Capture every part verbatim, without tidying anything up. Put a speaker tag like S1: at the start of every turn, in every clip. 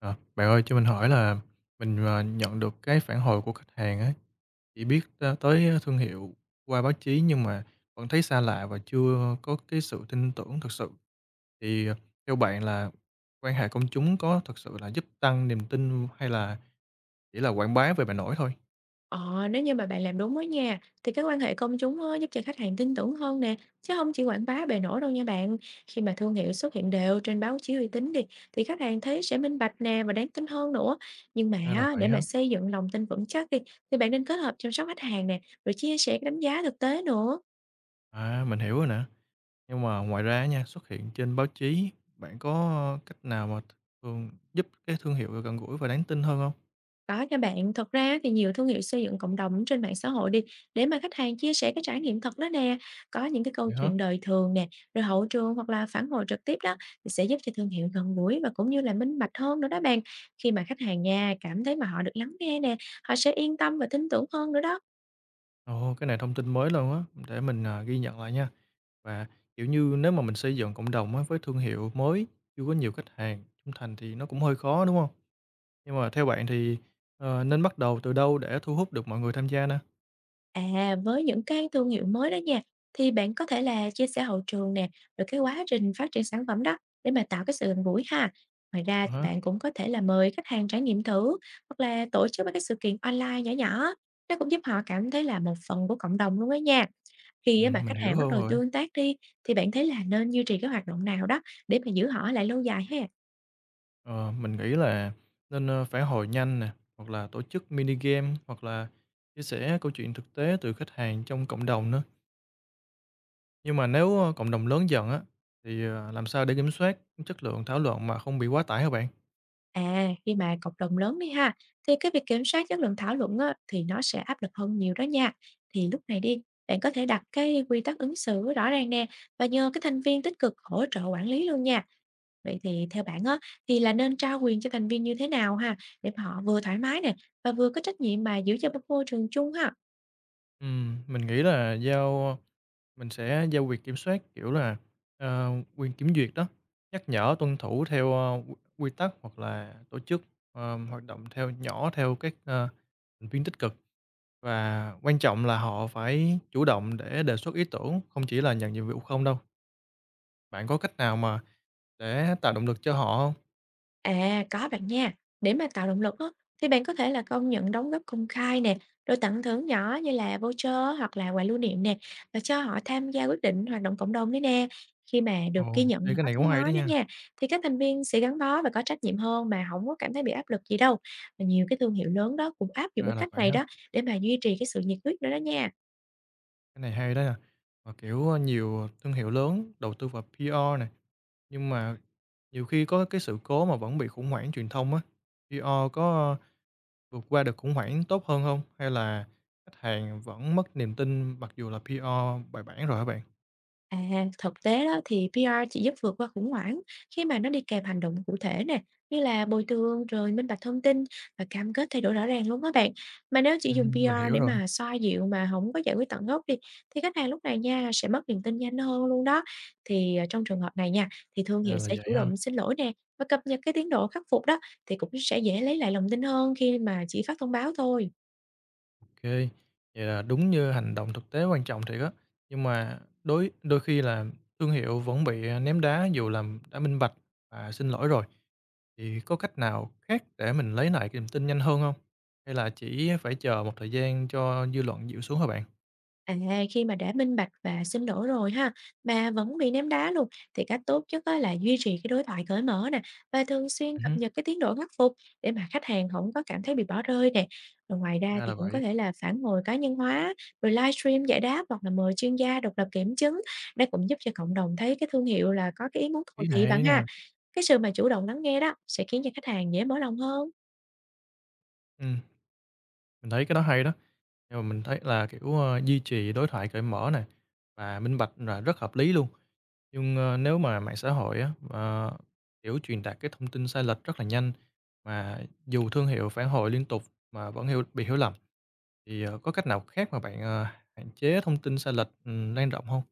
S1: Ờ, Bạn ơi cho mình hỏi là mình, ờ, nhận được cái phản hồi của khách hàng á, chỉ biết tới tới thương hiệu qua báo chí nhưng mà vẫn thấy xa lạ và chưa có cái sự tin tưởng thực sự. Thì, ờ, Theo bạn là quan hệ công chúng có thực sự là giúp tăng niềm tin hay là chỉ là quảng bá về bề nổi thôi?
S2: Ờ, Nếu như mà bạn làm đúng đó nha, thì cái quan hệ công chúng á, giúp cho khách hàng tin tưởng hơn nè, chứ không chỉ quảng bá bề nổi đâu nha bạn. Khi mà thương hiệu xuất hiện đều trên báo chí uy tín đi, thì khách hàng thấy sẽ minh bạch nè và đáng tin hơn nữa. Nhưng mà
S1: Ra là
S2: á,
S1: vậy
S2: để
S1: hả?
S2: mà xây dựng lòng tin vững chắc đi, thì bạn nên kết hợp chăm sóc khách hàng nè, rồi chia sẻ cái đánh giá thực tế nữa.
S1: À, mình hiểu rồi nè. Nhưng mà ngoài ra nha, xuất hiện trên báo chí, bạn có cách nào mà thường giúp cái thương hiệu gần gũi và đáng tin hơn không?
S2: Có nha bạn, thật ra thì nhiều thương hiệu xây dựng cộng đồng trên mạng xã hội đi để mà khách hàng chia sẻ cái trải nghiệm thật đó nè, có những cái câu
S1: Vậy hả?
S2: chuyện đời thường nè, rồi hậu trường hoặc là phản hồi trực tiếp đó thì sẽ giúp cho thương hiệu gần gũi và cũng như là minh bạch hơn nữa đó bạn. Khi mà khách hàng nha cảm thấy mà họ được lắng nghe nè, họ sẽ yên tâm và tin tưởng hơn nữa đó.
S1: Ồ, cái này thông tin mới luôn á, để mình, à, ghi nhận lại nha. Và, Kiểu như, nếu mà mình xây dựng cộng đồng á với thương hiệu mới, chưa có nhiều khách hàng trung thành thì nó cũng hơi khó, đúng không? Nhưng mà theo bạn thì, ờ, nên bắt đầu từ đâu để thu hút được mọi người tham gia nè?
S2: À, với những cái thương hiệu mới đó nha, thì bạn có thể là chia sẻ hậu trường nè, rồi cái quá trình phát triển sản phẩm đó để mà tạo cái sự gần gũi ha. Ngoài ra
S1: À
S2: thì
S1: há,
S2: bạn cũng có thể là mời khách hàng trải nghiệm thử, hoặc là tổ chức mấy cái sự kiện online nhỏ nhỏ. Nó cũng giúp họ cảm thấy là một phần của cộng đồng luôn đó nha.
S1: ừ,
S2: Khi á mà
S1: mình
S2: khách
S1: hiểu
S2: hàng bắt
S1: hơn
S2: đầu
S1: rồi.
S2: tương tác đi, thì bạn thấy là nên duy trì cái hoạt động nào đó để mà giữ họ lại lâu dài ha.
S1: Ờ, mình nghĩ là nên, ơ, phản hồi nhanh nè, hoặc là tổ chức mini game, hoặc là chia sẻ câu chuyện thực tế từ khách hàng trong cộng đồng nữa. Nhưng mà nếu, ơ, cộng đồng lớn dần á, thì, ờ, làm sao để kiểm soát chất lượng thảo luận mà không bị quá tải hả bạn?
S2: À, khi mà cộng đồng lớn đi ha, thì cái việc kiểm soát chất lượng thảo luận á, thì nó sẽ áp lực hơn nhiều đó nha. Thì lúc này đi, bạn có thể đặt cái quy tắc ứng xử rõ ràng nè và nhờ cái thành viên tích cực hỗ trợ quản lý luôn nha. Vậy thì theo bạn á, thì là nên trao quyền cho thành viên như thế nào ha, để mà họ vừa thoải mái nè và vừa có trách nhiệm mà giữ cho môi trường chung ha.
S1: Ừm, mình nghĩ là giao mình sẽ giao quyền kiểm soát, kiểu là, ờ, quyền kiểm duyệt đó, nhắc nhở tuân thủ theo, ơ, quy quy tắc hoặc là tổ chức, ờ, hoạt động theo nhỏ theo các, ờ, thành viên tích cực. Và quan trọng là họ phải chủ động để đề xuất ý tưởng, không chỉ là nhận nhiệm vụ không đâu. Bạn có cách nào mà để tạo động lực cho họ không?
S2: À, có bạn nha. Để mà tạo động lực á, thì bạn có thể là công nhận đóng góp công khai nè, rồi tặng thưởng nhỏ như là voucher hoặc là quà lưu niệm nè, và cho họ tham gia quyết định hoạt động cộng đồng đấy nè. Khi mà được
S1: Ồ,
S2: ghi nhận
S1: ê,
S2: và
S1: cái
S2: có
S1: này cũng
S2: tiếng
S1: hay đó
S2: nói đó
S1: nha,
S2: nha, thì các thành viên sẽ gắn bó và có trách nhiệm hơn mà không có cảm thấy bị áp lực gì đâu. Và nhiều cái thương hiệu lớn đó cũng áp dụng
S1: ra
S2: cái
S1: là
S2: cách
S1: vậy
S2: này
S1: ha,
S2: đó để mà duy trì cái sự nhiệt huyết nữa đó nha.
S1: cái này hay đó nè. Và kiểu, ơ, nhiều thương hiệu lớn đầu tư vào pi a nè. Nhưng mà nhiều khi có cái sự cố mà vẫn bị khủng hoảng truyền thông á, pi a có vượt qua được khủng hoảng tốt hơn không? Hay là khách hàng vẫn mất niềm tin mặc dù là pê e rờ bài bản rồi hả bạn?
S2: À, thực tế đó thì pi a chỉ giúp vượt qua khủng hoảng khi mà nó đi kèm hành động cụ thể nè, như là bồi thường, rồi minh bạch thông tin và cam kết thay đổi rõ ràng luôn các bạn. Mà nếu chỉ dùng
S1: Ừm, mình
S2: pê rờ
S1: hiểu
S2: để
S1: rồi,
S2: mà xoa dịu mà không có giải quyết tận gốc đi, thì khách hàng lúc này nha sẽ mất niềm tin nhanh hơn luôn đó. Thì à, trong trường hợp này nha, thì thương
S1: ra
S2: hiệu
S1: là
S2: sẽ
S1: vậy
S2: chủ
S1: ha.
S2: động xin lỗi nè và cập nhật cái tiến độ khắc phục đó, thì cũng sẽ dễ lấy lại lòng tin hơn khi mà chỉ phát thông báo thôi.
S1: OK, vậy là đúng như hành động thực tế quan trọng thiệt á. Nhưng mà đối đôi khi là thương hiệu vẫn bị, à, ném đá dù làm đã minh bạch và xin lỗi rồi, thì có cách nào khác để mình lấy lại cái niềm tin nhanh hơn không? Hay là chỉ phải chờ một thời gian cho dư luận dịu xuống hả bạn?
S2: À, khi mà đã minh bạch và xin lỗi rồi ha, mà vẫn bị ném đá luôn, thì cách tốt nhất á là duy trì cái đối thoại cởi mở nè và thường xuyên cập
S1: Ừm.
S2: nhật cái tiến độ khắc phục để mà khách hàng không có cảm thấy bị bỏ rơi nè. Rồi ngoài ra
S1: Ra
S2: thì
S1: là
S2: cũng có
S1: vậy,
S2: thể là phản hồi cá nhân hóa, rồi livestream giải đáp, hoặc là mời chuyên gia độc lập kiểm chứng. Nó cũng giúp cho cộng đồng thấy cái thương hiệu là có cái ý muốn cầu
S1: ý này
S2: thị bạn
S1: hay nè.
S2: ha. Cái sự mà chủ động lắng nghe đó sẽ khiến cho khách hàng dễ mở lòng hơn.
S1: Mình thấy cái đó hay đó, nhưng mà mình thấy là, kiểu, ơ, duy trì đối thoại cởi mở này và minh bạch là rất hợp lý luôn. Nhưng, ơ, nếu mà mạng xã hội á, ờ, kiểu, truyền đạt cái thông tin sai lệch rất là nhanh, mà dù thương hiệu phản hồi liên tục mà vẫn hiểu bị hiểu lầm, thì, ờ, có cách nào khác mà bạn, ờ, hạn chế thông tin sai lệch, ừm, lan rộng không?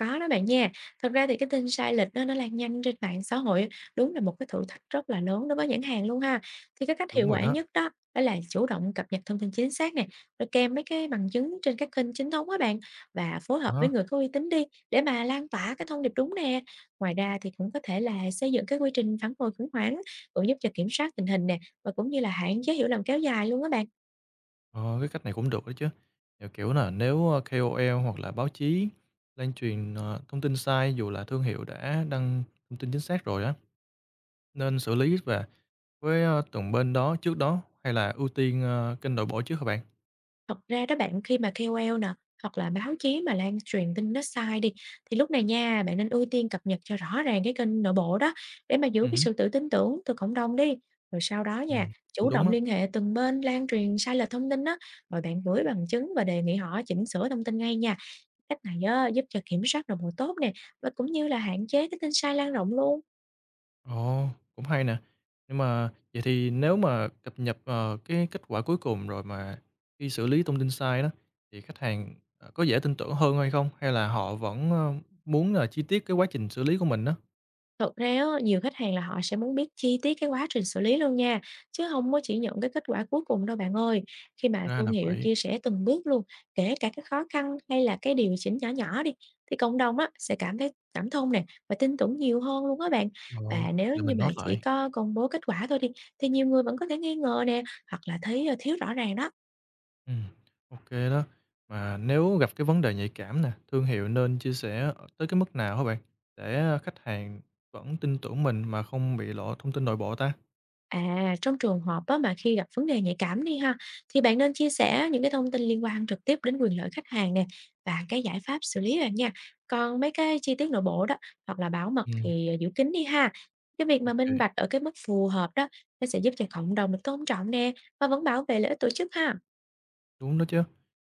S2: Có đó bạn nha. Thật ra thì cái tin sai lệch nó nó lan nhanh trên mạng xã hội, đúng là một cái thử thách rất là lớn đối với nhãn hàng luôn ha. Thì cái cách
S1: Đúng
S2: hiệu
S1: rồi
S2: quả
S1: đó,
S2: nhất đó đó là chủ động cập nhật thông tin chính xác nè, rồi kèm mấy cái bằng chứng trên các kênh chính thống á bạn, và phối hợp với
S1: đó.
S2: người có uy tín đi để mà lan tỏa cái thông điệp đúng nè. Ngoài ra thì cũng có thể là xây dựng cái quy trình phản hồi khủng hoảng, cũng giúp cho kiểm soát tình hình nè và cũng như là hạn chế hiểu lầm kéo dài luôn á bạn.
S1: Ờ, cái cách này cũng được đấy chứ. Kiểu, kiểu là nếu, a, ca ô lờ hoặc là báo chí lan truyền, ờ, thông tin sai dù là thương hiệu đã đăng thông tin chính xác rồi á, nên xử lý và với, a, từng bên đó trước đó hay là ưu tiên, ơ, kênh nội bộ trước hả bạn?
S2: Thật ra đó bạn, khi mà kây âu eo nè, hoặc là báo chí mà lan truyền tin nó sai đi, thì lúc này nha, bạn nên ưu tiên cập nhật cho rõ ràng cái kênh nội bộ đó, để mà giữ
S1: Ừm
S2: cái
S1: hứm,
S2: sự tự tin tưởng từ cộng đồng đi. Rồi sau đó nha,
S1: cũng
S2: chủ
S1: đúng
S2: động
S1: á.
S2: liên hệ từng bên lan truyền sai lệch thông tin đó, rồi bạn gửi bằng chứng và đề nghị họ chỉnh sửa thông tin ngay nha. Cách này á, giúp cho kiểm soát nội bộ tốt nè, và cũng như là hạn chế cái tin sai lan rộng luôn.
S1: Ồ, cũng hay nè. Nhưng mà vậy thì nếu mà cập nhật, ờ, cái kết quả cuối cùng rồi mà khi xử lý thông tin sai đó, thì khách hàng, ờ, có dễ tin tưởng hơn hay không? Hay là họ vẫn, ơ, muốn là chi tiết cái quá trình xử lý của mình đó?
S2: Thật ra á, nhiều khách hàng là họ sẽ muốn biết chi tiết cái quá trình xử lý luôn nha, chứ không có chỉ nhận cái kết quả cuối cùng đâu bạn ơi. Khi mà
S1: Ra
S2: thương
S1: là
S2: hiệu
S1: vậy.
S2: chia sẻ từng bước luôn, kể cả cái khó khăn hay là cái điều chỉnh nhỏ nhỏ đi, thì cộng đồng á sẽ cảm thấy cảm thông nè và tin tưởng nhiều hơn luôn á bạn.
S1: Ồ,
S2: Và nếu
S1: để
S2: như
S1: mình
S2: mà
S1: note
S2: chỉ
S1: lại.
S2: có công bố kết quả thôi đi, thì nhiều người vẫn có thể nghi ngờ nè, hoặc là thấy ơ, thiếu rõ ràng đó.
S1: Ừ, ok đó. Mà nếu gặp cái vấn đề nhạy cảm nè, thương hiệu nên chia sẻ ở tới cái mức nào hả bạn? Để khách hàng vẫn tin tưởng mình mà không bị lộ thông tin nội bộ ta?
S2: À, trong trường hợp á, mà khi gặp vấn đề nhạy cảm đi ha, thì bạn nên chia sẻ những cái thông tin liên quan trực tiếp đến quyền lợi khách hàng nè và cái giải pháp xử lý bạn nha. Còn mấy cái chi tiết nội bộ đó, hoặc là bảo mật
S1: Ừ,
S2: thì giữ kín đi ha. Cái việc mà minh
S1: ok
S2: bạch ở cái mức phù hợp đó, nó sẽ giúp cho cộng đồng được tôn trọng nè và vẫn bảo vệ lợi ích tổ chức ha.
S1: đúng đó chứ.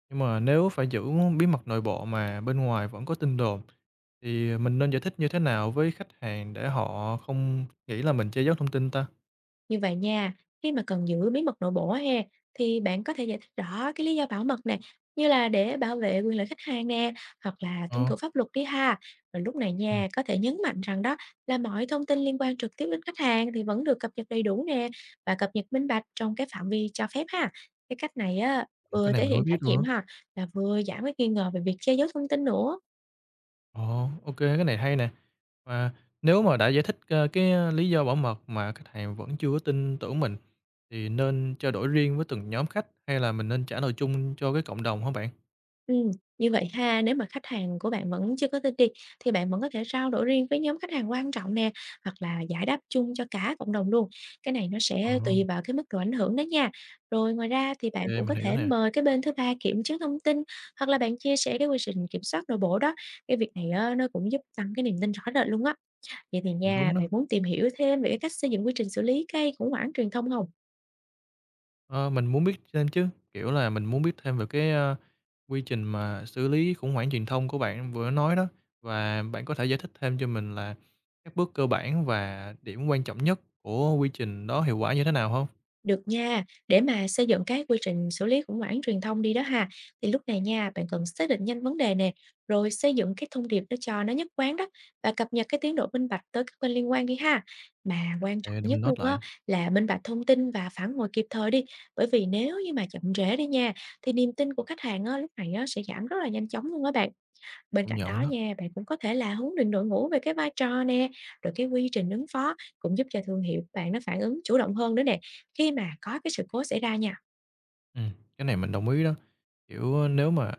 S1: Nhưng mà nếu phải giữ bí mật nội bộ mà bên ngoài vẫn có tin đồn, thì mình nên giải thích như thế nào với khách hàng để họ không nghĩ là mình che giấu thông tin ta?
S2: Như vậy nha, khi mà cần giữ bí mật nội bộ á ha, thì bạn có thể giải thích rõ cái lý do bảo mật này, như là để bảo vệ quyền lợi khách hàng nè, hoặc là tuân
S1: Ờ,
S2: thủ pháp luật đi ha. Rồi lúc này
S1: ừm,
S2: nha, có thể nhấn mạnh rằng đó là mọi thông tin liên quan trực tiếp đến khách hàng thì vẫn được cập nhật đầy đủ nè và cập nhật minh bạch trong cái phạm vi cho phép ha. Cái cách này á,
S1: cái
S2: vừa
S1: này
S2: thể
S1: mình hông
S2: hiện
S1: biết
S2: trách
S1: luôn
S2: nhiệm
S1: đó.
S2: ha, là vừa giảm cái nghi ngờ về việc che giấu thông tin nữa.
S1: Ồ, ok cái này hay nè. Và nếu mà đã giải thích, ơ, cái, ơ, lý do bảo mật mà khách hàng vẫn chưa có tin tưởng mình, thì nên trao đổi riêng với từng nhóm khách hay là mình nên trả lời chung cho cái cộng đồng hả bạn?
S2: Ừm, như vậy ha, nếu mà khách hàng của bạn vẫn chưa có tin đi, thì bạn vẫn có thể trao đổi riêng với nhóm khách hàng quan trọng nè, hoặc là giải đáp chung cho cả cộng đồng luôn. Cái này nó
S1: Ờ,
S2: sẽ
S1: ô,
S2: tùy vào cái mức độ ảnh hưởng đó nha. Rồi ngoài ra thì bạn cũng
S1: mình
S2: có
S1: hiểu
S2: thể
S1: nè,
S2: mời cái bên thứ ba kiểm chứng thông tin, hoặc là bạn chia sẻ cái quy trình kiểm soát nội bộ đó. Cái việc này á, nó cũng giúp tăng cái niềm tin rõ rệt luôn á. Vậy thì
S1: cũng
S2: nha,
S1: đúng đó.
S2: bạn muốn tìm hiểu thêm về cái cách xây dựng quy trình xử lý gây khủng hoảng truyền thông không?
S1: Ờ, mình muốn biết thêm chứ, kiểu là, mình muốn biết thêm về cái, ơ, quy trình mà xử lý khủng hoảng truyền thông của bạn vừa nói đó, và bạn có thể giải thích thêm cho mình là các bước cơ bản và điểm quan trọng nhất của quy trình đó hiệu quả như thế nào không?
S2: Được nha, để mà xây dựng cái quy trình xử lý khủng hoảng truyền thông đi đó ha, thì lúc này nha, bạn cần xác định nhanh vấn đề nè, rồi xây dựng cái thông điệp nó cho nó nhất quán đó và cập nhật cái tiến độ minh bạch tới các bên liên quan đi ha. Mà quan trọng
S1: Để để mình
S2: nhất
S1: note
S2: luôn á
S1: lại,
S2: là minh bạch thông tin và phản hồi kịp thời đi, bởi vì nếu như mà chậm trễ đi nha, thì niềm tin của khách hàng á, lúc này á, sẽ giảm rất là nhanh chóng luôn á bạn. Bên
S1: cũng
S2: cạnh
S1: nhận
S2: đó
S1: đó.
S2: nha, bạn cũng có thể là huấn luyện đội ngũ về cái vai trò nè, rồi cái quy trình ứng phó cũng giúp cho thương hiệu của bạn nó phản ứng chủ động hơn nữa nè. Khi mà có cái sự cố xảy ra nha,
S1: Ừm, cái này mình đồng ý đó. Kiểu, ờ, nếu mà,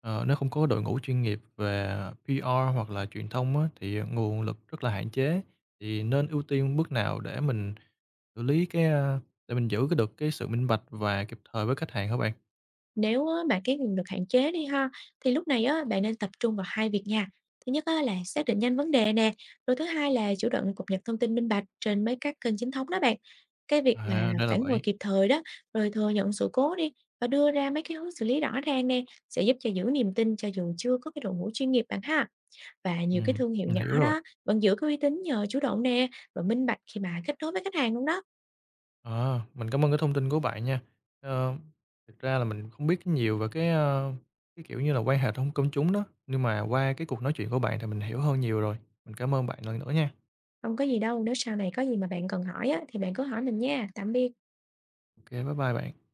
S1: ờ, nếu không có đội ngũ chuyên nghiệp về pi a hoặc là truyền thông á, thì nguồn lực rất là hạn chế, thì nên ưu tiên bước nào để mình xử lý cái, a để mình giữ cái được cái sự minh bạch và kịp thời với khách hàng hả bạn?
S2: nếu á, mà cái nguồn lực hạn chế đi ha, thì lúc này á, bạn nên tập trung vào hai việc nha. Thứ nhất á, là xác định nhanh vấn đề nè, rồi thứ hai là chủ động cập nhật thông tin minh bạch trên mấy các kênh chính thống đó bạn. Cái việc mà
S1: À, ra là
S2: phản hồi
S1: vậy.
S2: kịp thời đó, rồi thừa nhận sự cố đi và đưa ra mấy cái hướng xử lý rõ ràng nè, sẽ giúp cho giữ niềm tin cho dù chưa có cái đội ngũ chuyên nghiệp bạn ha. Và nhiều cái
S1: Ừm,
S2: thương hiệu
S1: mình
S2: nhỏ
S1: hiểu rồi.
S2: đó vẫn giữ cái uy tín nhờ chủ động nè, và minh bạch khi mà kết nối với khách hàng luôn đó.
S1: Ờ, mình cảm ơn cái thông tin của bạn nha. Ờ, Thực ra là mình không biết nhiều về cái, ơ, cái, kiểu như là, quan hệ thông công chúng đó, nhưng mà qua cái cuộc nói chuyện của bạn thì mình hiểu hơn nhiều rồi. Mình cảm ơn bạn lần nữa nha.
S2: Không có gì đâu, nếu sau này có gì mà bạn cần hỏi á, thì bạn cứ hỏi mình nha. Tạm biệt.
S1: OK, bye bye bạn.